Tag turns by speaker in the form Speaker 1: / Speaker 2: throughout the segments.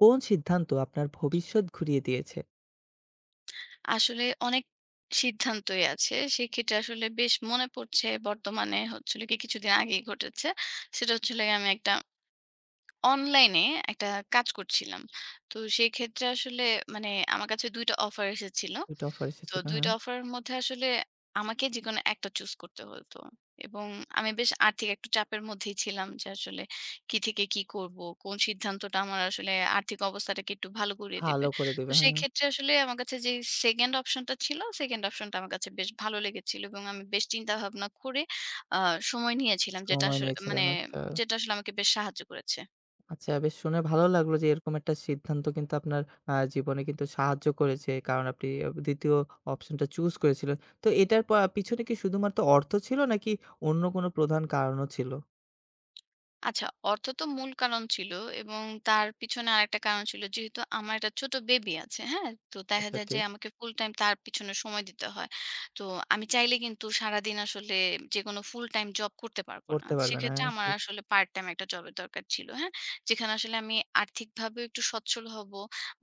Speaker 1: কোন সিদ্ধান্ত আপনার ভবিষ্যৎ ঘুরিয়ে দিয়েছে?
Speaker 2: আসলে অনেক সিদ্ধান্তই আছে। সেক্ষেত্রে আসলে বেশ মনে পড়ছে, বর্তমানে হচ্ছিল কি কিছুদিন আগেই ঘটেছে। সেটা হচ্ছিল গিয়ে আমি একটা অনলাইনে একটা কাজ করছিলাম। তো সেক্ষেত্রে আসলে মানে আমার কাছে ২ টা অফার এসেছিল।
Speaker 1: একটা অফার
Speaker 2: তো
Speaker 1: এসেছিল,
Speaker 2: ২
Speaker 1: হ্যাঁ।
Speaker 2: টা অফারের মধ্যে আসলে আমাকে যেকোনো একটা চুজ করতে হতো। এবং আমি বেশ আর্থিক একটু চাপের মধ্যেই ছিলাম, যে আসলে কি থেকে কি করব? কোন সিদ্ধান্তটা আমার আসলে আর্থিক অবস্থাটাকে একটু ভালো করিয়ে দিবে।
Speaker 1: ভালো করে
Speaker 2: তো
Speaker 1: দিবে, হ্যাঁ।
Speaker 2: সেক্ষেত্রে আসলে আমার কাছে যে 2nd অপশনটা ছিল, 2nd অপশনটা আমার কাছে বেশ ভালো লেগেছিল এবং আমি বেশ চিন্তা ভাবনা করে আ সময় নিয়েছিলাম, যেটা আস
Speaker 1: সময়
Speaker 2: মানে
Speaker 1: নিয়েছিলেন, আচ্ছা।
Speaker 2: যেটা আসলে আমাকে বেশ সাহায্য করেছে।
Speaker 1: আচ্ছা বেশ শুনে ভালো লাগলো যে এরকম একটা সিদ্ধান্ত কিন্তু আপনার জীবনে কিন্তু সাহায্য করেছে। কারণ আপনি ২য় অপশনটা চুজ করেছিলেন। তো এটার পিছনে কি শুধুমাত্র অর্থ ছিল নাকি অন্য কোনো প্রধান কারণও ছিল?
Speaker 2: আচ্ছা, অর্থ তো মূল কারণ ছিল এবং তার পিছনে আরেকটা কারণ ছিল, যেহেতু আমার একটা ছোট বেবি আছে, হ্যাঁ? তো দেখা
Speaker 1: আচ্ছা,
Speaker 2: যায় যে
Speaker 1: ঠিক।
Speaker 2: আমাকে ফুল টাইম তার পিছনে সময় দিতে হয়। তো আমি চাইলে কিন্তু সারাদিন আসলে যেকোনো ফুল টাইম জব করতে পারব না।
Speaker 1: করতে পারবেন,
Speaker 2: সেক্ষেত্রে
Speaker 1: হ্যাঁ,
Speaker 2: আমার
Speaker 1: ঠিক।
Speaker 2: আসলে পার্ট টাইম একটা জবের দরকার ছিল, হ্যাঁ? যেখানে আসলে আমি আর্থিকভাবেও একটু সচ্ছল হব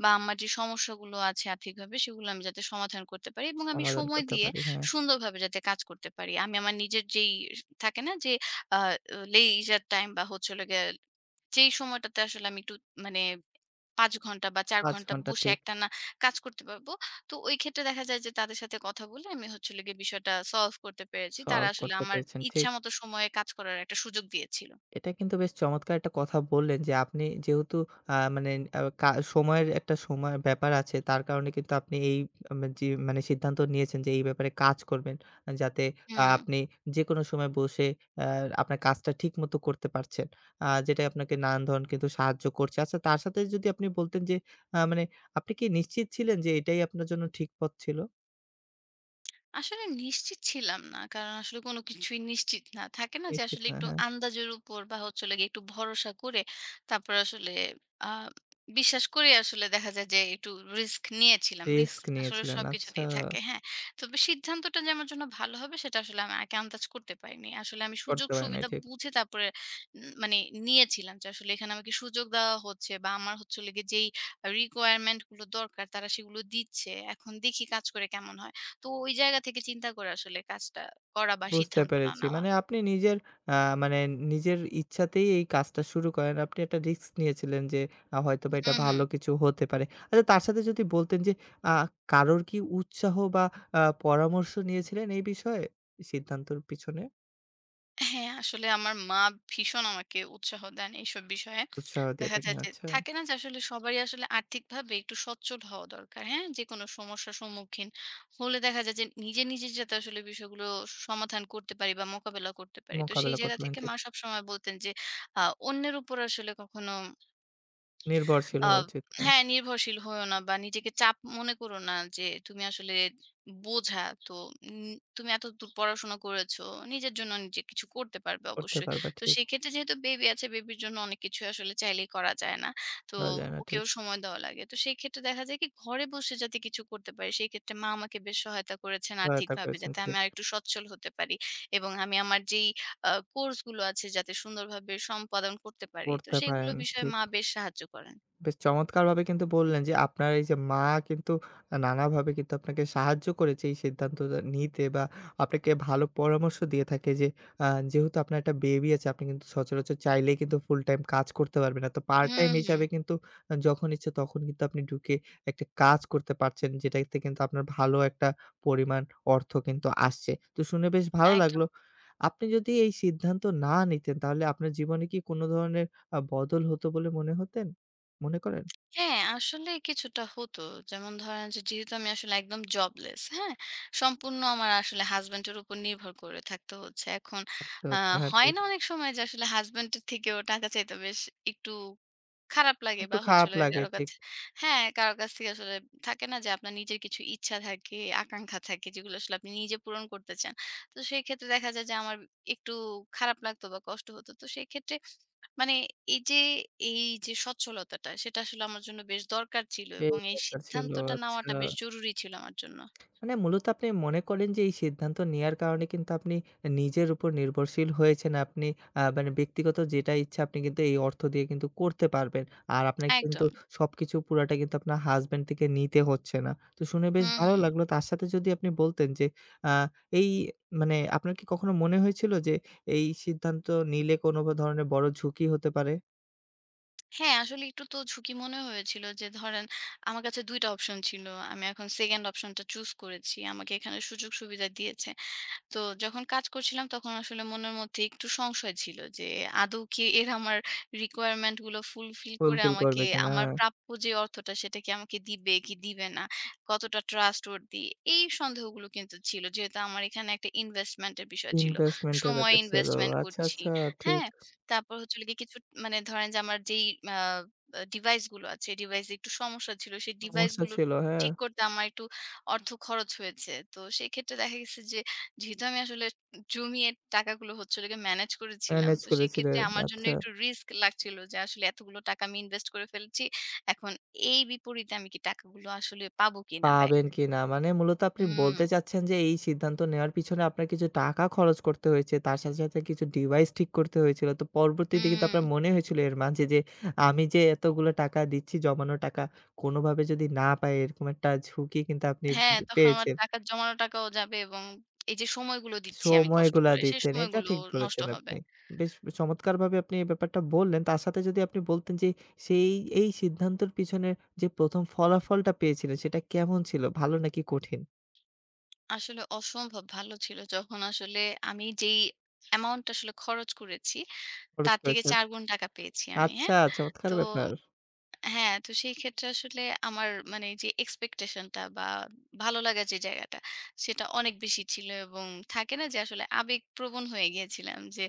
Speaker 2: বা আমার যে সমস্যাগুলো আছে আর্থিকভাবে, সেগুলো আমি যাতে সমাধান করতে পারি এবং আমি
Speaker 1: সমাধান
Speaker 2: সময়
Speaker 1: করতে
Speaker 2: দিয়ে
Speaker 1: পারি। হ্যাঁ,
Speaker 2: সুন্দরভাবে যাতে কাজ করতে পারি। আমি আমার নিজের যেই থাকে না যে আ leisure time বা হচ্ছে হলো গিয়ে যেই সময়টাতে আসলে আমি একটু মানে ৫ ঘন্টা বা ৪
Speaker 1: ৫
Speaker 2: ঘন্টা
Speaker 1: ঘন্টা,
Speaker 2: বসে
Speaker 1: ঠিক।
Speaker 2: একটানা কাজ করতে পারবো। তো ওই ক্ষেত্রে দেখা যায় যে তাদের সাথে কথা বলে আমি হচ্ছে হলো গিয়ে বিষয়টা সলভ করতে পেরেছি। তারা
Speaker 1: সলভ
Speaker 2: আসলে
Speaker 1: করতে
Speaker 2: আমার
Speaker 1: পেরেছেন। ঠিক।
Speaker 2: ইচ্ছামত সময়ে কাজ করার একটা সুযোগ দিয়েছিল।
Speaker 1: এটা কিন্তু বেশ চমৎকার একটা কথা বললেন যে, আপনি যেহেতু আ মানে আ কা সময়ের একটা সময় ব্যাপার আছে তার কারণে কিন্তু আপনি এই আম যে মানে সিদ্ধান্ত নিয়েছেন যে এই ব্যাপারে কাজ করবেন। আহ, যাতে
Speaker 2: হুম।
Speaker 1: আপনি যেকোনো সময় বসে আ আপনার কাজটা ঠিকমতো করতে পারছেন। যেটাই আপনাকে নানান ধরন কিন্তু সাহায্য করছে। আচ্ছা, তার সাথে যদি আপনি বলতেন যে আ মানে আপনি কি নিশ্চিত ছিলেন যে এটাই আপনার জন্য ঠিক পথ ছিল?
Speaker 2: আসলে নিশ্চিত ছিলাম না। কারণ আসলে কোনো কিছুই নিশ্চিত না। থাকে না যে
Speaker 1: নিশ্চিত
Speaker 2: আসলে
Speaker 1: না,
Speaker 2: একটু
Speaker 1: হ্যাঁ।
Speaker 2: আন্দাজের উপর বা হচ্ছে হলো গিয়ে একটু ভরসা করে, তারপর আসলে আ বিশ্বাস করে আসলে দেখা যায় যে একটু রিস্ক নিয়েছিলাম।
Speaker 1: হ্যাঁ,
Speaker 2: রিস্ক
Speaker 1: রিস্ক
Speaker 2: আসলে
Speaker 1: নিয়েছিলেন। আচ্ছা,
Speaker 2: সবকিছুতেই থাকে। হ্যাঁ? তবে সিদ্ধান্তটা যে আমার জন্য ভালো হবে সেটা আসলে আমি আগে আন্দাজ করতে পারিনি। আসলে আমি সুযোগ
Speaker 1: করতে পারেন নাই,
Speaker 2: সুবিধা
Speaker 1: ঠিক।
Speaker 2: বুঝে তারপরে মানে নিয়েছিলাম যে আসলে এখানে আমাকে সুযোগ দেওয়া হচ্ছে বা আমার হচ্ছে হলো গিয়ে যেই requirement গুলো দরকার, তারা সেগুলো দিচ্ছে। এখন দেখি কাজ করে কেমন হয়। তো ওই জায়গা থেকে চিন্তা করে আসলে কাজটা করা বা
Speaker 1: বুঝতে
Speaker 2: সিদ্ধান্ত না
Speaker 1: পেরেছি।
Speaker 2: নেওয়া।
Speaker 1: মানে আপনি নিজের আ মানে নিজের ইচ্ছাতেই এই কাজটা শুরু করেন। আপনি একটা রিস্ক নিয়েছিলেন যে হয়তোবা এটা
Speaker 2: হুম, হুম।
Speaker 1: ভালো কিছু হতে পারে। আচ্ছা, তার সাথে যদি বলতেন যে আ কারোর কি উৎসাহ বা আ পরামর্শ নিয়েছিলেন এই বিষয়ে? সিদ্ধান্তর পিছনে
Speaker 2: হ্যাঁ, আসলে আমার মা ভীষণ আমাকে উৎসাহ দেন এইসব বিষয়ে।
Speaker 1: উৎসাহ দিয়ে
Speaker 2: দেখা
Speaker 1: থাকেন।
Speaker 2: যায় যে,
Speaker 1: আচ্ছা,
Speaker 2: থাকে না যে আসলে সবারই আসলে আর্থিকভাবে একটু সচ্ছল হওয়া দরকার। হ্যাঁ? যেকোনো সমস্যার সম্মুখীন হলে দেখা যায় যে নিজে, নিজে যাতে আসলে বিষয়গুলো সমাধান করতে পারি বা মোকাবেলা করতে পারি। তো সেই
Speaker 1: মোকাবেলা
Speaker 2: জায়গা
Speaker 1: করতেন,
Speaker 2: থেকে
Speaker 1: ঠিক।
Speaker 2: মা সবসময় বলতেন যে আ অন্যের উপর আসলে কখনো
Speaker 1: নির্ভরশীল
Speaker 2: আ
Speaker 1: হওয়া উচিত না।
Speaker 2: হ্যাঁ, নির্ভরশীল হইও না বা নিজেকে চাপ মনে করো না যে তুমি আসলে বোঝা। তো তুমি এতদূর পড়াশোনা করেছো। নিজের জন্য নিজে কিছু করতে পারবে
Speaker 1: করতে
Speaker 2: অবশ্যই।
Speaker 1: পারবা,
Speaker 2: তো
Speaker 1: ঠিক।
Speaker 2: সেক্ষেত্রে যেহেতু বেবি আছে, বেবির জন্য অনেক কিছু আসলে চাইলেই করা যায় না। তো
Speaker 1: করা যায় না, ঠিক।
Speaker 2: ওকেও সময় দেওয়া লাগে। তো সেই ক্ষেত্রে দেখা যায় কি ঘরে বসে যাতে কিছু করতে পারি, সেই ক্ষেত্রে মা আমাকে বেশ সহায়তা করেছেন
Speaker 1: সহায়তা
Speaker 2: আর্থিকভাবে,
Speaker 1: করেছেন,
Speaker 2: যাতে আমি
Speaker 1: ঠিক।
Speaker 2: আরেকটু সচ্ছল হতে পারি এবং আমি আমার যেই কোর্সগুলো আছে যাতে সুন্দরভাবে সম্পাদন করতে পারি। তো
Speaker 1: করতে
Speaker 2: সেগুলো
Speaker 1: পারেন,
Speaker 2: বিষয়ে
Speaker 1: ঠিক।
Speaker 2: মা বেশ সাহায্য করেন।
Speaker 1: বেশ চমৎকারভাবে কিন্তু বললেন যে আপনার এই যে মা কিন্তু নানাভাবে কিন্তু আপনাকে সাহায্য করেছে এই সিদ্ধান্তটা নিতে বা আপনাকে ভালো পরামর্শ দিয়ে থাকে যে আ যেহেতু আপনার একটা বেবি আছে আপনি কিন্তু সচরাচর চাইলেই কিন্তু ফুল টাইম কাজ করতে পারবেন না। তো পার্ট
Speaker 2: হুম,
Speaker 1: টাইম
Speaker 2: হুম।
Speaker 1: হিসাবে কিন্তু যখন ইচ্ছে তখন কিন্তু আপনি ঢুকে একটা কাজ করতে পারছেন যেটাতে কিন্তু আপনার ভালো একটা পরিমাণ অর্থ কিন্তু আসছে। তো শুনে বেশ ভালো
Speaker 2: একদম।
Speaker 1: লাগলো। আপনি যদি এই সিদ্ধান্ত না নিতেন তাহলে আপনার জীবনে কি কোনো ধরনের বদল হতো বলে মনে হতেন? মনে করেন?
Speaker 2: হ্যাঁ, আসলে কিছুটা হতো। যেমন ধরেন যে, যেহেতু আমি আসলে একদম জবলেস, হ্যাঁ? সম্পূর্ণ আমার আসলে হাসব্যান্ড এর উপর নির্ভর করে থাকতে হচ্ছে এখন।
Speaker 1: আচ্ছা,
Speaker 2: আ
Speaker 1: আচ্ছা। হ্যাঁ,
Speaker 2: হয়
Speaker 1: ঠিক।
Speaker 2: না অনেক সময় যে আসলে হাসব্যান্ড এর থেকেও টাকা চাইতে বেশ একটু খারাপ লাগে
Speaker 1: একটু
Speaker 2: বা হচ্ছে
Speaker 1: খারাপ
Speaker 2: হলো গিয়ে
Speaker 1: লাগে,
Speaker 2: কারো
Speaker 1: ঠিক।
Speaker 2: কাছে, হ্যাঁ, কারো কাছ থেকে আসলে থাকে না যে আপনার নিজের কিছু ইচ্ছা থাকে, আকাঙ্খা থাকে যেগুলো আসলে আপনি নিজে পূরণ করতে চান। তো সেই ক্ষেত্রে দেখা যায় যে আমার একটু খারাপ লাগতো বা কষ্ট হতো। তো সেই ক্ষেত্রে মানে এই যে, এই যে সচ্ছলতাটা সেটা আসলে আমার জন্য বেশ দরকার ছিল
Speaker 1: এই
Speaker 2: এবং এই
Speaker 1: ব্যাপার ছিল।
Speaker 2: সিদ্ধান্তটা
Speaker 1: আচ্ছা।
Speaker 2: নেওয়াটা বেশ জরুরি ছিল আমার জন্য।
Speaker 1: মানে মূলত আপনি মনে করেন যে এই সিদ্ধান্ত নেয়ার কারণে কিন্তু আপনি নিজের উপর নির্ভরশীল হয়েছেন। আপনি আ মানে ব্যক্তিগত যেটা ইচ্ছা আপনি কিন্তু এই অর্থ দিয়ে কিন্তু করতে পারবেন। আর আপনার কিন্তু
Speaker 2: একদম।
Speaker 1: সবকিছু পুরাটা কিন্তু আপনার হাসব্যান্ড থেকে নিতে হচ্ছে না। তো শুনে বেশ
Speaker 2: হুম,
Speaker 1: ভালো
Speaker 2: হুম।
Speaker 1: লাগলো। তার সাথে যদি আপনি বলতেন যে আ এই মানে আপনার কি কখনো মনে হয়েছিল যে এই সিদ্ধান্ত নিলে কোনো ধরনের বড় ঝুঁকি হতে পারে?
Speaker 2: হ্যাঁ, আসলে একটু তো ঝুঁকি মনে হয়েছিল, যে ধরেন আমার কাছে ২ টা অপশন ছিল। আমি এখন 2nd অপশনটা চুজ করেছি। আমাকে এখানে সুযোগ-সুবিধা দিয়েছে। তো যখন কাজ করছিলাম, তখন আসলে মনের মধ্যে একটু সংশয় ছিল যে আদৌ কি এরা আমার রিকোয়ারমেন্ট গুলো ফুলফিল করে
Speaker 1: ফুলফিল
Speaker 2: আমাকে
Speaker 1: করবে কিনা?
Speaker 2: আমার প্রাপ্য যে অর্থটা, সেটা কি আমাকে দিবে কি দিবে না, কতটা ট্রাস্ট দি এই সন্দেহগুলো কিন্তু ছিল, যেহেতু আমার এখানে একটা ইনভেস্টমেন্টের বিষয় ছিল,
Speaker 1: ইনভেস্টমেন্ট এর
Speaker 2: সময়
Speaker 1: ব্যাপার ছিল।
Speaker 2: ইনভেস্টমেন্ট
Speaker 1: আচ্ছা,
Speaker 2: করছি।
Speaker 1: আচ্ছা, ঠিক।
Speaker 2: হ্যাঁ, তারপর হচ্ছে কি কিছু মানে ধরেন যে আমার যেই ডিভাইস গুলো আছে, ডিভাইসে একটু সমস্যা ছিল, সেই ডিভাইস
Speaker 1: সমস্যা
Speaker 2: গুলো
Speaker 1: ছিল। হ্যাঁ,
Speaker 2: ঠিক করতে আমার একটু অর্থ খরচ হয়েছে। তো সেক্ষেত্রে দেখা গেছে যে, যেহেতু আমি আসলে জমিয়ে টাকাগুলো হচ্ছে হলো গিয়ে ম্যানেজ করেছিলাম,
Speaker 1: ম্যানেজ
Speaker 2: তো সেক্ষেত্রে
Speaker 1: করেছিলেন।
Speaker 2: আমার জন্য
Speaker 1: আচ্ছা।
Speaker 2: একটু রিস্ক লাগছিল যে আসলে এতগুলো টাকা আমি ইনভেস্ট করে ফেলেছি। এখন এই বিপরীতে আমি কি টাকাগুলো আসলে পাবো কিনা ব্যাক?
Speaker 1: পাবেন কিনা? মানে মূলত আপনি
Speaker 2: হুম,
Speaker 1: বলতে চাচ্ছেন যে এই সিদ্ধান্ত নেওয়ার পিছনে আপনার কিছু টাকা খরচ করতে হয়েছে। তার সাথে, সাথে কিছু ডিভাইস ঠিক করতে হয়েছিল। তো পরবর্তীতে কিন্তু
Speaker 2: হুম।
Speaker 1: আপনার মনে হয়েছিল এর মাঝে যে আমি যে এতগুলো টাকা দিচ্ছি জমানো টাকা কোনোভাবে যদি না পাই এরকম একটা ঝুঁকি কিন্তু আপনি
Speaker 2: হ্যাঁ,
Speaker 1: যে
Speaker 2: তখন আমার
Speaker 1: পেয়েছেন।
Speaker 2: টাকা, জমানো টাকাও যাবে এবং এই যে সময়গুলো দিচ্ছি আমি কষ্ট
Speaker 1: সময়গুলা
Speaker 2: করে, সেই
Speaker 1: দিচ্ছেন। এটা
Speaker 2: সময়গুলো
Speaker 1: ঠিক
Speaker 2: নষ্ট
Speaker 1: বলেছেন
Speaker 2: হবে।
Speaker 1: আপনি। বেশ চমৎকারভাবে আপনি এই ব্যাপারটা বললেন। তার সাথে যদি আপনি বলতেন যে সেই এই সিদ্ধান্তের পিছনে যে ১ম ফলাফলটা পেয়েছিলেন সেটা কেমন ছিল? ভালো নাকি কঠিন?
Speaker 2: আসলে অসম্ভব ভালো ছিল, যখন আসলে আমি যেই অ্যামাউন্ট আসলে খরচ করেছি,
Speaker 1: খরচ
Speaker 2: তার থেকে
Speaker 1: করেছেন।
Speaker 2: ৪ গুণ টাকা পেয়েছি আমি, হ্যাঁ?
Speaker 1: আচ্ছা, চমৎকার
Speaker 2: তো
Speaker 1: ব্যাপার।
Speaker 2: হ্যাঁ, তো সেই ক্ষেত্রে আসলে আমার মানে যে এক্সপেকটেশনটা বা ভালো লাগার যে জায়গাটা, সেটা অনেক বেশি ছিল এবং থাকে না যে আসলে আবেগপ্রবণ হয়ে গিয়েছিলাম যে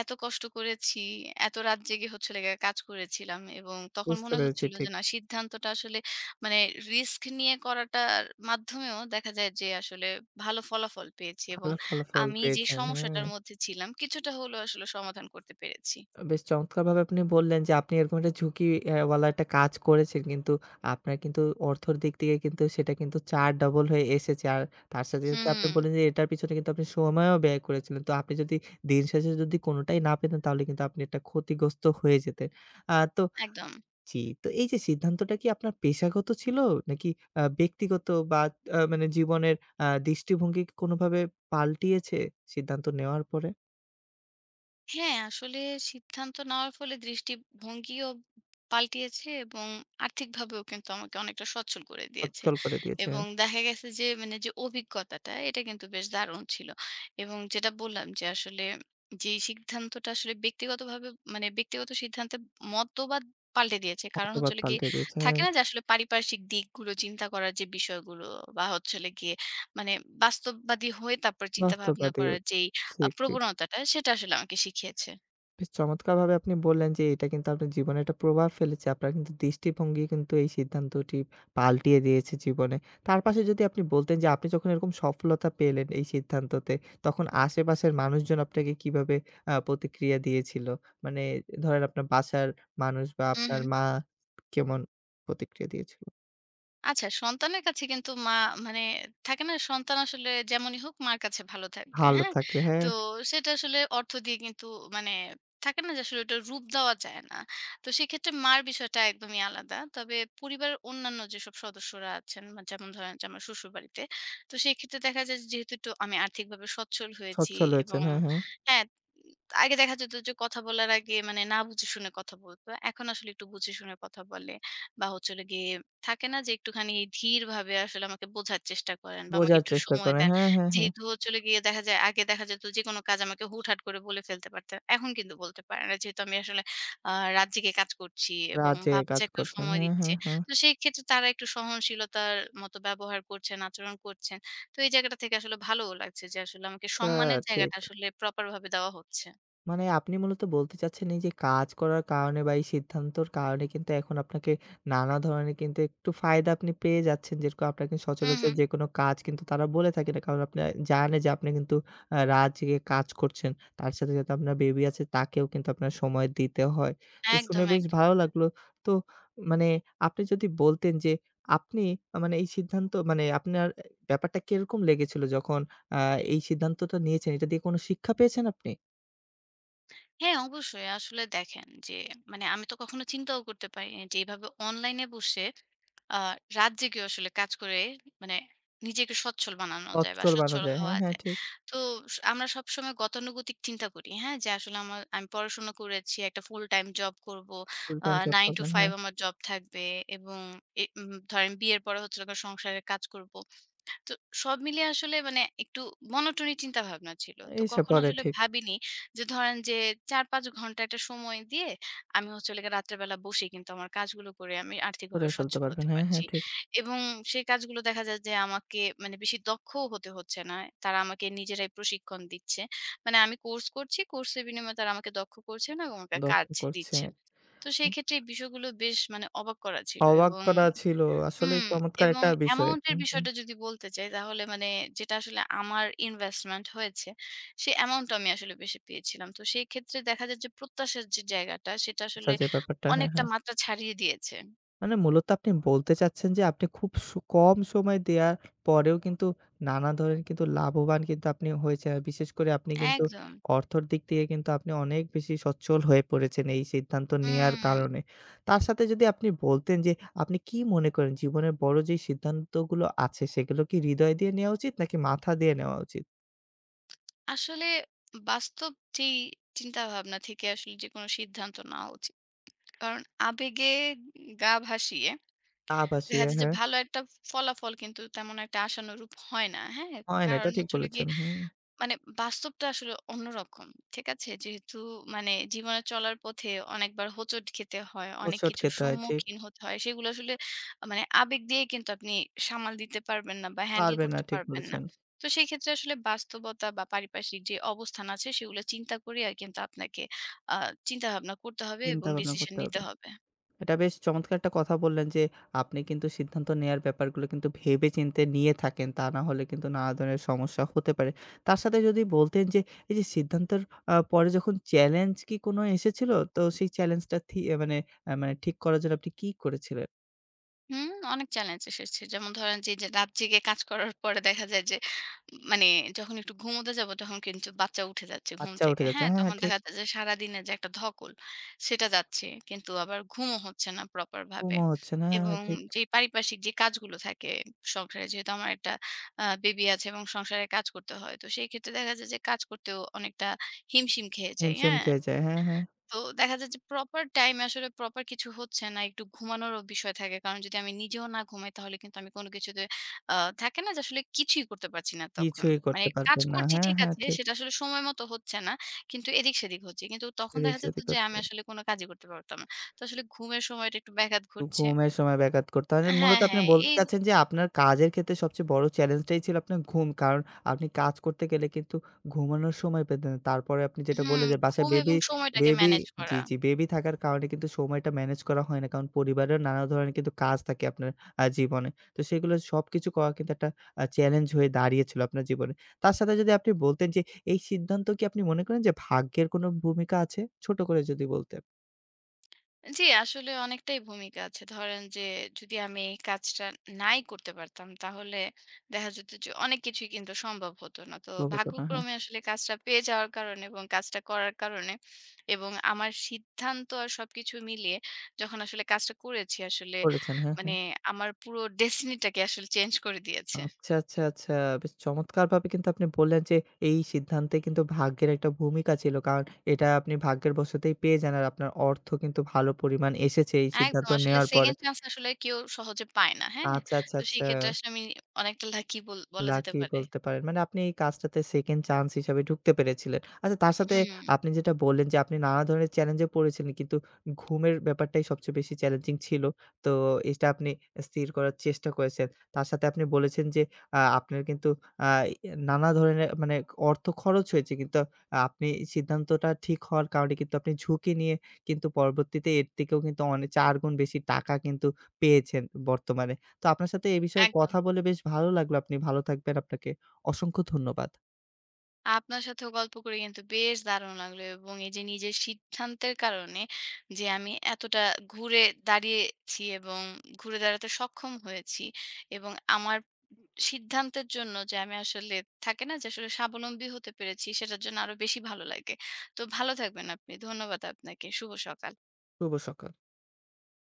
Speaker 2: এত কষ্ট করেছি, এত রাত জেগে হচ্ছিল গিয়ে কাজ করেছিলাম এবং তখন
Speaker 1: বুঝতে
Speaker 2: মনে
Speaker 1: পেরেছি,
Speaker 2: হচ্ছিল যে
Speaker 1: ঠিক।
Speaker 2: না, সিদ্ধান্তটা আসলে মানে রিস্ক নিয়ে করাটার মাধ্যমেও দেখা যায় যে আসলে ভালো ফলাফল পেয়েছি এবং
Speaker 1: ভালো ফলাফল
Speaker 2: আমি যে
Speaker 1: পেয়েছেন। হ্যাঁ।
Speaker 2: সমস্যাটার মধ্যে ছিলাম, কিছুটা হলেও আসলে সমাধান করতে পেরেছি।
Speaker 1: বেশ চমৎকারভাবে আপনি বললেন যে আপনি এরকম একটা ঝুঁকি ওয়ালা একটা কাজ করেছেন কিন্তু আপনার কিন্তু অর্থর দিক থেকে কিন্তু সেটা কিন্তু ৪ ডবল হয়ে এসেছে। আর তার সাথে, সাথে আপনি
Speaker 2: হুম,
Speaker 1: বললেন যে এটার পিছনে কিন্তু আপনি সময়ও ব্যয় করেছিলেন। তো আপনি যদি দিন শেষে যদি কোনটাই না পেতেন তাহলে কিন্তু আপনি একটা ক্ষতিগ্রস্ত হয়ে যেতেন। তো
Speaker 2: একদম।
Speaker 1: জি, তো এই যে সিদ্ধান্তটা কি আপনার পেশাগত ছিল? নাকি ব্যক্তিগত বা আ মানে জীবনের দৃষ্টিভঙ্গি কি কোনোভাবে পাল্টিয়েছে সিদ্ধান্ত নেওয়ার পরে?
Speaker 2: হ্যাঁ, আসলে সিদ্ধান্ত নেওয়ার ফলে দৃষ্টিভঙ্গিও পাল্টিয়েছে এবং আর্থিকভাবেও কিন্তু আমাকে অনেকটা সচ্ছল করে দিয়েছে।
Speaker 1: অচল করে দিয়েছে,
Speaker 2: এবং দেখা গেছে যে মানে যে অভিজ্ঞতাটা, এটা কিন্তু বেশ দারুণ ছিল। এবং যেটা বললাম যে আসলে যেই সিদ্ধান্তটা আসলে ব্যক্তিগতভাবে মানে ব্যক্তিগত সিদ্ধান্তে মতবাদ পাল্টে দিয়েছে। কারণ হচ্ছে
Speaker 1: মতবাদ
Speaker 2: হলো গিয়ে
Speaker 1: পাল্টে দিয়েছে।
Speaker 2: থাকে না যে আসলে পারিপার্শ্বিক দিকগুলো চিন্তা করার যে বিষয়গুলো বা হচ্ছে হলো গিয়ে মানে বাস্তববাদী হয়ে তারপর চিন্তা ভাবনা
Speaker 1: বাস্তববাদী।
Speaker 2: করার যেই
Speaker 1: ঠিক, ঠিক।
Speaker 2: প্রবণতাটা, সেটা আসলে আমাকে শিখিয়েছে।
Speaker 1: বেশ চমৎকারভাবে আপনি বললেন যে এটা কিন্তু আপনার জীবনে একটা প্রভাব ফেলেছে। আপনার কিন্তু দৃষ্টিভঙ্গি কিন্তু এই সিদ্ধান্তটি পাল্টিয়ে দিয়েছে জীবনে। তার পাশে যদি আপনি বলতেন যে আপনি যখন এরকম সফলতা পেলেন এই সিদ্ধান্ততে, তখন আশেপাশের মানুষজন আপনাকে কিভাবে প্রতিক্রিয়া দিয়েছিল? মানে ধরেন আপনার বাসার মানুষ বা
Speaker 2: হু, হু।
Speaker 1: আপনার মা কেমন প্রতিক্রিয়া দিয়েছিল?
Speaker 2: আচ্ছা, সন্তানের কাছে কিন্তু মা মানে থাকে না? সন্তান আসলে যেমনই হোক, মার কাছে ভালো থাকবে।
Speaker 1: ভালো
Speaker 2: হ্যাঁ?
Speaker 1: থাকে,
Speaker 2: তো
Speaker 1: হ্যাঁ।
Speaker 2: সেটা আসলে অর্থ দিয়ে কিন্তু মানে থাকে না যে আসলে ওটার রূপ দেওয়া যায় না। তো সেক্ষেত্রে মার বিষয়টা একদমই আলাদা। তবে পরিবারের অন্যান্য যেসব সদস্যরা আছেন, মা যেমন ধরেন যে আমার শ্বশুরবাড়িতে। তো সেক্ষেত্রে দেখা যায় যে, যেহেতু একটু আমি আর্থিকভাবে সচ্ছল হয়েছি
Speaker 1: সচ্ছল
Speaker 2: এবং
Speaker 1: হয়েছেন। হ্যাঁ, হ্যাঁ।
Speaker 2: হ্যাঁ, আগে দেখা যেত যে কথা বলার আগে মানে না বুঝে শুনে কথা বলত। এখন আসলে একটু বুঝে শুনে কথা বলে বা হচ্ছে হলো গিয়ে থাকে না যে একটুখানি ধীরভাবে আসলে আমাকে বোঝার চেষ্টা করেন বা আমাকে
Speaker 1: বোঝার
Speaker 2: একটু
Speaker 1: চেষ্টা
Speaker 2: সময়
Speaker 1: করে।
Speaker 2: দেন।
Speaker 1: হ্যাঁ, হ্যাঁ, হ্যাঁ।
Speaker 2: যেহেতু চলে গিয়ে দেখা যায়, আগে দেখা যেত যেকোনো কাজ আমাকে হুটহাট করে বলে ফেলতে পারতেন। এখন কিন্তু বলতে পারে না। যেহেতু আমি আসলে আ রাত জেগে কাজ করছি এবং
Speaker 1: রাজে কাজ
Speaker 2: বাচ্চাকেও
Speaker 1: করছেন।
Speaker 2: সময়
Speaker 1: হ্যাঁ,
Speaker 2: দিচ্ছে।
Speaker 1: হ্যাঁ, হ্যাঁ।
Speaker 2: তো সেই ক্ষেত্রে তারা একটু সহনশীলতার মতো ব্যবহার করছেন, আচরণ করছেন। তো এই জায়গাটা থেকে আসলে ভালোও লাগছে যে আসলে আমাকে
Speaker 1: আচ্ছা,
Speaker 2: সম্মানের
Speaker 1: ঠিক।
Speaker 2: জায়গাটা আসলে প্রপার ভাবে দেওয়া হচ্ছে।
Speaker 1: মানে আপনি মূলত বলতে চাচ্ছেন এই যে কাজ করার কারণে বা এই সিদ্ধান্তর কারণে কিন্তু এখন আপনাকে নানা ধরনের কিন্তু একটু ফায়দা আপনি পেয়ে যাচ্ছেন। যেরকম আপনার কিন্তু
Speaker 2: হুম,
Speaker 1: সচরাচর
Speaker 2: হুম।
Speaker 1: যেকোনো কাজ কিন্তু তারা বলে থাকে না। কারণ আপনি জানে যে আপনি কিন্তু রাত জেগে কাজ করছেন। তার সাথে, সাথে আপনার বেবি আছে তাকেও কিন্তু আপনার সময় দিতে হয়। তো শুনে
Speaker 2: একদম,
Speaker 1: বেশ
Speaker 2: একদম।
Speaker 1: ভালো লাগলো। তো মানে আপনি যদি বলতেন যে আপনি আ মানে এই সিদ্ধান্ত মানে আপনার ব্যাপারটা কিরকম লেগেছিল যখন আ এই সিদ্ধান্তটা নিয়েছেন? এটা দিয়ে কোন শিক্ষা পেয়েছেন আপনি?
Speaker 2: হ্যাঁ, অবশ্যই। আসলে দেখেন যে মানে আমি তো কখনো চিন্তাও করতে পারিনি যে এভাবে অনলাইনে বসে আ রাত জেগেও আসলে কাজ করে মানে নিজেকে সচ্ছল বানানো যায় বা
Speaker 1: তৎসল বানা
Speaker 2: সচ্ছল
Speaker 1: যায়।
Speaker 2: হওয়া
Speaker 1: হ্যাঁ, হ্যাঁ,
Speaker 2: যায়।
Speaker 1: ঠিক।
Speaker 2: তো আমরা সবসময় গতানুগতিক চিন্তা করি, হ্যাঁ? যে আসলে আমি পড়াশোনা করেছি, একটা ফুল টাইম জব করব।
Speaker 1: Full
Speaker 2: uh
Speaker 1: time job
Speaker 2: 9 to
Speaker 1: করবেন,
Speaker 2: 5
Speaker 1: হ্যাঁ।
Speaker 2: আমার জব থাকবে এবং এ উম ধরেন বিয়ের পরে হচ্ছে হলো গিয়ে সংসারের কাজ করব। তো সব মিলিয়ে আসলে মানে একটু মনোটনি চিন্তা ভাবনা ছিল। তো
Speaker 1: এসে
Speaker 2: কখনো
Speaker 1: পড়ে,
Speaker 2: আসলে
Speaker 1: ঠিক।
Speaker 2: ভাবিনি যে ধরেন যে ৪-৫ ঘন্টা একটা সময় দিয়ে আমি হচ্ছে হলো গিয়ে রাত্রে বেলা বসে কিন্তু আমার কাজগুলো করে আমি আর্থিকভাবে
Speaker 1: করে ফেলতে
Speaker 2: সচ্ছল হতে
Speaker 1: পারবেন। হ্যাঁ,
Speaker 2: পারছি।
Speaker 1: হ্যাঁ, ঠিক।
Speaker 2: এবং সেই কাজগুলো দেখা যায় যে আমাকে মানে বেশি দক্ষও হতে হচ্ছে না। তারা আমাকে নিজেরাই প্রশিক্ষণ দিচ্ছে। মানে আমি কোর্স করছি, কোর্সের বিনিময়ে তারা আমাকে দক্ষ করছেন এবং আমাকে কাজ
Speaker 1: লক্ষ্য করছি।
Speaker 2: দিচ্ছেন। তো সেই ক্ষেত্রে এই বিষয়গুলো বেশ মানে অবাক করা ছিল
Speaker 1: অবাক
Speaker 2: এবং
Speaker 1: করা ছিল।
Speaker 2: হুম,
Speaker 1: আসলেই চমৎকার
Speaker 2: এবং
Speaker 1: একটা বিষয়।
Speaker 2: অ্যামাউন্ট এর
Speaker 1: হুম, হুম।
Speaker 2: বিষয়টা যদি বলতে চাই তাহলে মানে যেটা আসলে আমার ইনভেস্টমেন্ট হয়েছে, সেই অ্যামাউন্ট টা আমি আসলে বেশি পেয়েছিলাম। তো সেই ক্ষেত্রে দেখা যায় যে প্রত্যাশার যে জায়গাটা, সেটা
Speaker 1: আচ্ছা
Speaker 2: আসলে
Speaker 1: যে ব্যাপারটা, হ্যাঁ,
Speaker 2: অনেকটা
Speaker 1: হ্যাঁ।
Speaker 2: মাত্রা ছাড়িয়ে দিয়েছে।
Speaker 1: মানে মূলত আপনি বলতে চাচ্ছেন যে আপনি খুব কম সময় দেয়ার পরেও কিন্তু নানা ধরনের কিন্তু লাভবান কিন্তু আপনি হয়েছেন। আর বিশেষ করে আপনি কিন্তু
Speaker 2: একদম।
Speaker 1: অর্থর দিক থেকে কিন্তু আপনি অনেক বেশি সচ্ছল হয়ে পড়েছেন এই সিদ্ধান্ত নেয়ার
Speaker 2: হুম,
Speaker 1: কারণে। তার সাথে যদি আপনি বলতেন যে আপনি কি মনে করেন জীবনের বড় যেই সিদ্ধান্তগুলো আছে সেগুলো কি হৃদয় দিয়ে নেওয়া উচিত নাকি মাথা দিয়ে নেওয়া উচিত?
Speaker 2: আসলে বাস্তব যেই চিন্তাভাবনা থেকে আসলে যেকোনো সিদ্ধান্ত নেওয়া উচিত। কারণ আবেগে গা ভাসিয়ে
Speaker 1: তা
Speaker 2: দেখা
Speaker 1: ভাসিয়ে,
Speaker 2: যায় যে
Speaker 1: হ্যাঁ।
Speaker 2: ভালো একটা ফলাফল কিন্তু তেমন একটা আশানুরূপ হয় না। হ্যাঁ?
Speaker 1: হয় না,
Speaker 2: কারণ
Speaker 1: এটা ঠিক
Speaker 2: হচ্ছে হলো গিয়ে
Speaker 1: বলেছেন। হুম।
Speaker 2: মানে বাস্তবটা আসলে অন্যরকম। ঠিক আছে? যেহেতু মানে জীবনে চলার পথে অনেকবার হোঁচট খেতে হয়, অনেক
Speaker 1: হোঁচট
Speaker 2: কিছুর
Speaker 1: খেতে হয়, ঠিক।
Speaker 2: সম্মুখীন হতে হয়। সেগুলো আসলে মানে আবেগ দিয়ে কিন্তু আপনি সামাল দিতে পারবেন না বা হ্যান্ডেল
Speaker 1: পারবেন না,
Speaker 2: করতে
Speaker 1: ঠিক
Speaker 2: পারবেন না।
Speaker 1: বলেছেন।
Speaker 2: তো সেই ক্ষেত্রে আসলে বাস্তবতা বা পারিপার্শ্বিক যে অবস্থান আছে, সেগুলো চিন্তা করে আর কিন্তু আপনাকে আ চিন্তাভাবনা করতে হবে এবং
Speaker 1: চিন্তা ভাবনা
Speaker 2: ডিসিশন
Speaker 1: করতে
Speaker 2: নিতে
Speaker 1: হবে।
Speaker 2: হবে।
Speaker 1: এটা বেশ চমৎকার একটা কথা বললেন যে, আপনি কিন্তু সিদ্ধান্ত নেয়ার ব্যাপারগুলো কিন্তু ভেবেচিন্তে নিয়ে থাকেন। তা না হলে কিন্তু নানা ধরনের সমস্যা হতে পারে। তার সাথে যদি বলতেন যে, এই যে সিদ্ধান্তর পরে যখন চ্যালেঞ্জ কি কোনো এসেছিল? তো সেই চ্যালেঞ্জটা থি আ মানে আ মানে ঠিক করার জন্য আপনি কি করেছিলেন?
Speaker 2: হুম, অনেক চ্যালেঞ্জ এসেছে। যেমন ধরেন যে, যে রাত জেগে কাজ করার পরে দেখা যায় যে, মানে যখন একটু ঘুমোতে যাব তখন কিন্তু বাচ্চা উঠে যাচ্ছে ঘুম
Speaker 1: বাচ্চা
Speaker 2: থেকে।
Speaker 1: উঠে যাচ্ছে।
Speaker 2: হ্যাঁ?
Speaker 1: হ্যাঁ,
Speaker 2: তখন
Speaker 1: হ্যাঁ, ঠিক।
Speaker 2: দেখা যায় যে সারাদিনের যে একটা ধকল, সেটা যাচ্ছে। কিন্তু আবার ঘুমও হচ্ছে না প্রপার ভাবে।
Speaker 1: ঘুমও হচ্ছে না। হ্যাঁ,
Speaker 2: এবং
Speaker 1: হ্যাঁ, ঠিক।
Speaker 2: যেই পারিপার্শ্বিক যে কাজগুলো থাকে সংসারে, যেহেতু আমার একটা বেবি আছে এবং সংসারে কাজ করতে হয়। তো সেই ক্ষেত্রে দেখা যায় যে কাজ করতেও অনেকটা হিমশিম খেয়ে যাই।
Speaker 1: হিমশিম
Speaker 2: হ্যাঁ?
Speaker 1: খেয়ে যায়। হ্যাঁ, হ্যাঁ।
Speaker 2: তো দেখা যায় যে প্রপার টাইমে আসলে প্রপার কিছু হচ্ছে না। একটু ঘুমানোরও বিষয় থাকে। কারণ যদি আমি নিজেও না ঘুমাই, তাহলে কিন্তু আমি কোনো কিছুতে আ থাকে না যে আসলে কিছুই করতে পারছি না তখন।
Speaker 1: কিছুই
Speaker 2: মানে
Speaker 1: করতে
Speaker 2: কাজ
Speaker 1: পারবেন না।
Speaker 2: করছি
Speaker 1: হ্যাঁ,
Speaker 2: ঠিক
Speaker 1: হ্যাঁ,
Speaker 2: আছে,
Speaker 1: ঠিক।
Speaker 2: সেটা আসলে সময় মতো হচ্ছে না। কিন্তু এদিক-সেদিক হচ্ছে। কিন্তু তখন
Speaker 1: এদিক
Speaker 2: দেখা যেত
Speaker 1: সেদিক
Speaker 2: যে
Speaker 1: হচ্ছে।
Speaker 2: আমি আসলে কোনো কাজই করতে পারতাম না। তো আসলে ঘুমের সময়টা একটু ব্যাঘাত ঘটছে।
Speaker 1: ঘুমের সময় ব্যাঘাত করতে হয়। মানে
Speaker 2: হ্যাঁ,
Speaker 1: মূলত আপনি
Speaker 2: হ্যাঁ।
Speaker 1: বলতে চাচ্ছেন যে আপনার কাজের ক্ষেত্রে সবচেয়ে বড় চ্যালেঞ্জটাই ছিল আপনার ঘুম। কারণ আপনি কাজ করতে গেলে কিন্তু ঘুমানোর সময় পেতেন না। তারপরে আপনি যেটা
Speaker 2: হুম,
Speaker 1: বললেন যে বাসায়
Speaker 2: ঘুম এবং
Speaker 1: বেবি
Speaker 2: সময়টাকে
Speaker 1: বেবি
Speaker 2: ম্যানেজ
Speaker 1: জি,
Speaker 2: করা।
Speaker 1: জি, বেবি থাকার কারণে কিন্তু সময়টা ম্যানেজ করা হয় না। কারণ পরিবারের নানা ধরনের কিন্তু কাজ থাকে আপনার জীবনে। তো সেগুলো সবকিছু করা কিন্তু একটা চ্যালেঞ্জ হয়ে দাঁড়িয়েছিল আপনার জীবনে। তার সাথে যদি আপনি বলতেন যে এই সিদ্ধান্ত কি আপনি মনে করেন যে ভাগ্যের কোনো ভূমিকা আছে? ছোট করে যদি বলতেন।
Speaker 2: জি, আসলে অনেকটাই ভূমিকা আছে। ধরেন যে, যদি আমি এই কাজটা নাই করতে পারতাম, তাহলে দেখা যেত যে অনেক কিছুই কিন্তু সম্ভব হতো না। তো
Speaker 1: অবতারণা, হ্যাঁ।
Speaker 2: ভাগ্যক্রমে আসলে কাজটা পেয়ে যাওয়ার কারণে এবং কাজটা করার কারণে এবং আমার সিদ্ধান্ত আর সবকিছু মিলিয়ে যখন আসলে কাজটা করেছি, আসলে
Speaker 1: করেছেন। হ্যাঁ,
Speaker 2: মানে
Speaker 1: হ্যাঁ।
Speaker 2: আমার পুরো ডেস্টিনিটাকে আসলে চেঞ্জ করে দিয়েছে।
Speaker 1: আচ্ছা, আচ্ছা, আচ্ছা। বেশ চমৎকারভাবে কিন্তু আপনি বললেন যে, এই সিদ্ধান্তে কিন্তু ভাগ্যের একটা ভূমিকা ছিল। কারণ এটা আপনি ভাগ্যের বশতেই পেয়ে যান আর আপনার অর্থ কিন্তু ভালো পরিমাণ এসেছে এই সিদ্ধান্ত
Speaker 2: একদম, আসলে
Speaker 1: নেওয়ার পরে।
Speaker 2: সেকেন্ড চান্স আসলে কেউ সহজে পায় না। হ্যাঁ?
Speaker 1: আচ্ছা, আচ্ছা,
Speaker 2: তো সেই
Speaker 1: আচ্ছা।
Speaker 2: ক্ষেত্রে আসলে আমি অনেকটা লাকি বল বলা যেতে
Speaker 1: লাকি
Speaker 2: পারে।
Speaker 1: বলতে পারেন। মানে আপনি এই কাজটাতে সেকেন্ড চান্স হিসাবে ঢুকতে পেরেছিলেন। আচ্ছা, তার সাথে
Speaker 2: হুম,
Speaker 1: আপনি যেটা বললেন যে আপনি নানা ধরনের চ্যালেঞ্জে পড়েছিলেন কিন্তু ঘুমের ব্যাপারটাই সবচেয়ে বেশি চ্যালেঞ্জিং ছিল। তো এটা আপনি স্থির করার চেষ্টা করেছেন। তার সাথে আপনি বলেছেন যে আপনার কিন্তু আ নানা ধরনের মানে অর্থ খরচ হয়েছে কিন্তু আপনি সিদ্ধান্তটা ঠিক হওয়ার কারণে কিন্তু আপনি ঝুঁকি নিয়ে কিন্তু পরবর্তীতে এর থেকেও কিন্তু ৪ গুণ বেশি টাকা কিন্তু পেয়েছেন বর্তমানে। তো আপনার সাথে এ বিষয়ে
Speaker 2: একদম।
Speaker 1: কথা বলে বেশ ভালো লাগলো। আপনি ভালো থাকবেন। আপনাকে অসংখ্য ধন্যবাদ।
Speaker 2: আপনার সাথেও গল্প করে কিন্তু বেশ দারুণ লাগলো এবং এই যে নিজের সিদ্ধান্তের কারণে যে আমি এতটা ঘুরে দাঁড়িয়েছি এবং ঘুরে দাঁড়াতে সক্ষম হয়েছি এবং আমার সিদ্ধান্তের জন্য যে আমি আসলে থাকে না যে আসলে স্বাবলম্বী হতে পেরেছি, সেটার জন্য আরো বেশি ভালো লাগে। তো ভালো থাকবেন আপনি। ধন্যবাদ আপনাকে। শুভ সকাল।
Speaker 1: শুভ সকাল।